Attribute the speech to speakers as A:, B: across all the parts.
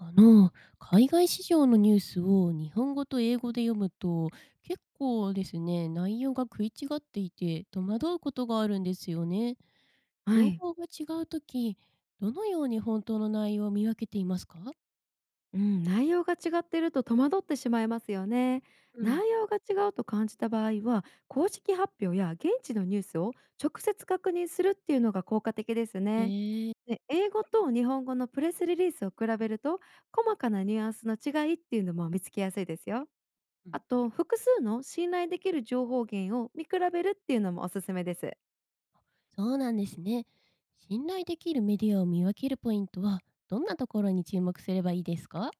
A: あの、海外市場のニュースを日本語と英語で読むと、結構ですね、内容が食い違っていて戸惑うことがあるんですよね。
B: は
A: 情
B: い、
A: 報が違うとき、どのように本当の内容を見分けていますか？
B: うん、内容が違っていると戸惑ってしまいますよね。
A: うん、
B: 内容が違うと感じた場合は、公式発表や現地のニュースを直接確認するっていうのが効果的ですね。
A: えー、
B: で、英語と日本語のプレスリリースを比べると、細かなニュアンスの違いっていうのも見つけやすいですよ。
A: う
B: あ
A: ん、
B: と、複数の信頼できる情報源を見比べるっていうのもおすすめです。
A: そうなんですね。信頼できるメディアを見分けるポイントは、どんなところに注目すればいいですか？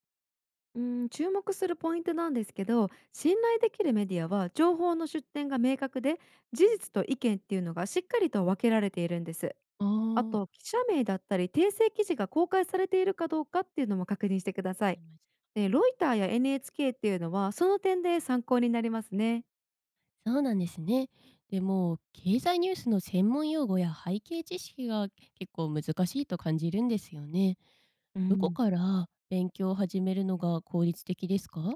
B: うん、注目するポイントなんですけど、信頼できるメディアは情報の出典が明確で、事
A: うん、
B: 実と意見っていうのがしっかりと分けられているんです。
A: ああ
B: あ
A: ー、
B: と、記者名だったり訂正記事が公開されているかどうかっていうのも確認してくださ
A: あ
B: い。
A: ります。
B: でロイターや NHK っていうのはその点で参考になりますね。
A: そうなんですね。でも、経済ニュースの専門用語や背景知識が結構難しいと感じるんですよね。
B: う
A: どこ
B: ん
A: から勉強を始めるのが効率的ですか？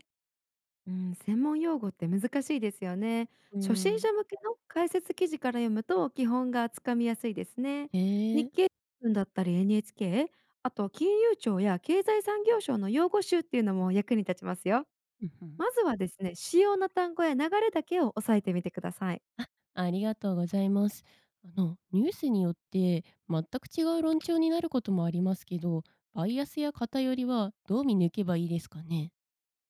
B: うん、専門用語って難しいですよね。
A: うー
B: 初心
A: ん、
B: 者向けの解説記事から読むと基本がつかみやすいですね。
A: へ
B: 日
A: え、
B: 経新聞だったり NHK、あと金融庁や経済産業省の用語集っていうのも役に立ちますよ。
A: うんうん、
B: まずはですね、主要な単語や流れだけを押さえてみてください。
A: ありがとうございます。ニュースによって全く違う論調になることもありますけど、バイアスや偏りはどう見抜けばいいですかね？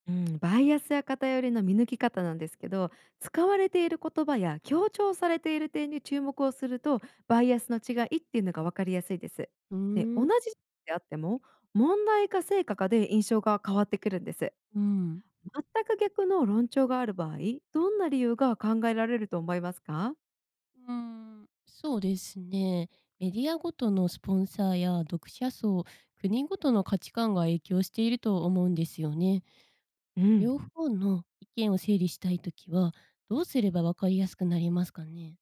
B: うん、バイアスや偏りの見抜き方なんですけど、使われている言葉や強調されている点に注目をすると、バイアスの違いっていうのが分かりやすいです。
A: うー
B: で、同
A: ん、
B: じであっても、問題か成果かで印象が変わってくるんです。
A: うん、
B: 全く逆の論調がある場合、どんな理由が考えられると思いますか？
A: うーん、そうですね。メディアごとのスポンサーや読者層、国ごとの価値観が影響していると思うんですよね。
B: うん、
A: 両方の意見を整理したいときは、どうすればわかりやすくなりますかね。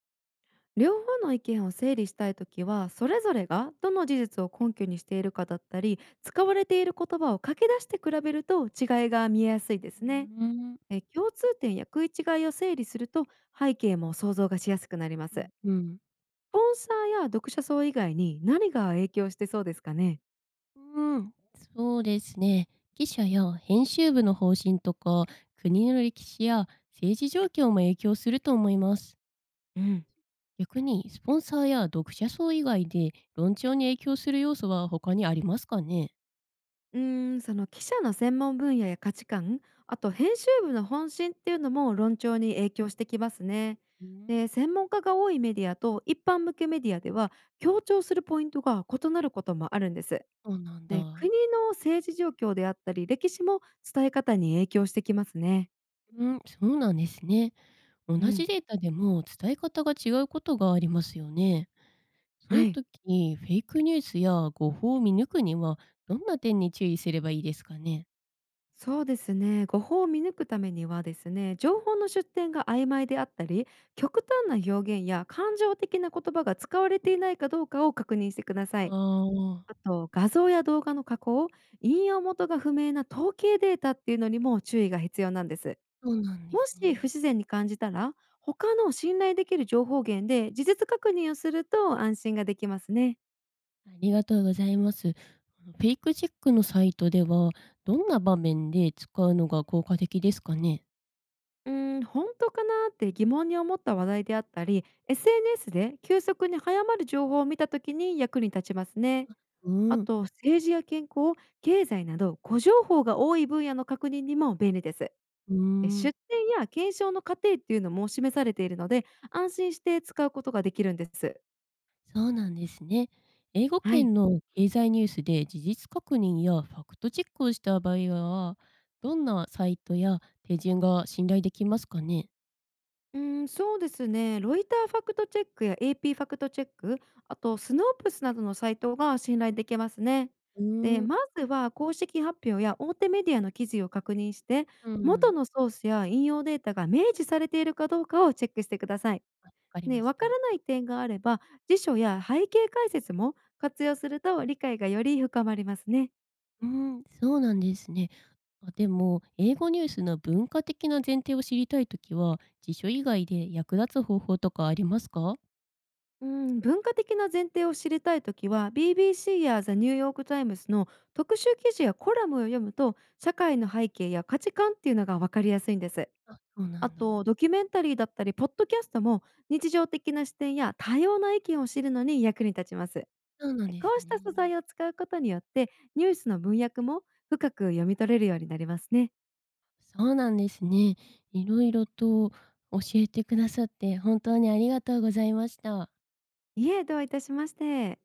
B: 両方の意見を整理したいときは、それぞれがどの事実を根拠にしているかだったり、使われている言葉を書き出して比べると違いが見えやすいで
A: う
B: すね。
A: ーん、
B: 共通点や食い違いを整理すると、背景も想像がしやすくなります。
A: うん、
B: スポンサーや読者層以外に何が影響してそうですかね？
A: うん、そうですね。記者や編集部の方針とか、国の歴史や政治状況も影響すると思います。
B: うん、
A: 逆にスポンサーや読者層以外で論調に影響する要素は他にありますかね？
B: その記者の専門分野や価値観、あと編集部の本心っていうのも論調に影響してきますね。
A: うん、
B: で、専門家が多いメディアと一般向けメディアでは、強調するポイントが異なることもあるんです。
A: そうなん
B: で、国
A: だ。
B: の政治状況であったり歴史も、伝え方に影響してきますね。
A: うん、そうなんですね。同
B: う
A: じ
B: ん。
A: データでも伝え方が違うことがありますよね。そうい
B: は
A: う
B: い。
A: 時、フェイクニュースや誤報を見抜くには、どんな点に注意すればいいですかね。
B: そうですね。誤報を見抜くためにはですね、情報の出典が曖昧であったり、極端な表現や感情的な言葉が使われていないかどうかを確認してください。
A: ああ、
B: あと、画像や動画の加工、引用元が不明な統計データっていうのにも注意が必要なんです。
A: そうなんです
B: もし
A: ね。
B: 不自然に感じたら、他の信頼できる情報源で事実確認をすると安心ができますね。
A: ありがとうございます。あのフェイクチェックのサイトでは、どんな場面で使うのが効果的ですかね。
B: うーん、本当かなって疑問に思った話題であったり、SNS で急速に早まる情報を見た時に役に立ちますね。
A: う
B: あ
A: ん。
B: と、政治や健康、経済など、誤情報が多い分野の確認にも便利です。
A: うー
B: で、
A: ん、
B: 出典や検証の過程っていうのも示されているので、安心して使うことができるんです。
A: そうなんですね。英語
B: はい。
A: 圏の経済ニュースで事実確認やファクトチェックをした場合は、どんなサイトや手順が信頼できますかね？
B: うん、そうですね。ロイターファクトチェックや AP ファクトチェック、あとスノープスなどのサイトが信頼できますね。
A: う
B: で、
A: ーん、
B: まずは公式発表や大手メディアの記事を確認して、
A: う
B: 元
A: ん、
B: のソースや引用データが明示されているかどうかをチェックしてください。
A: わかりま
B: ね、
A: し
B: わか
A: た。
B: らない点があれば、辞書や背景解説も活用すると理解がより深まりますね。
A: うーん、そうなんですね。あ、でも、英語ニュースの文化的な前提を知りたいときは、辞書以外で役立つ方法とかありますか？
B: うん、文化的な前提を知りたいときは BBC やザ・ニューヨーク・タイムズの特集記事やコラムを読むと、社会の背景や価値観っていうのが分かりやすいんです。
A: あ、そうな
B: あ
A: ん
B: と、
A: だ。
B: ドキュメンタリーだったりポッドキャストも、日常的な視点や多様な意見を知るのに役に立ちます。
A: そうなんで
B: こ
A: す
B: うした
A: ね。
B: 素材を使うことによって、ニュースの文脈も深く読み取れるようになりますね。
A: そうなんですね。いろいろと教えてくださって本当にありがとうございました。
B: いえ、どういたしまして。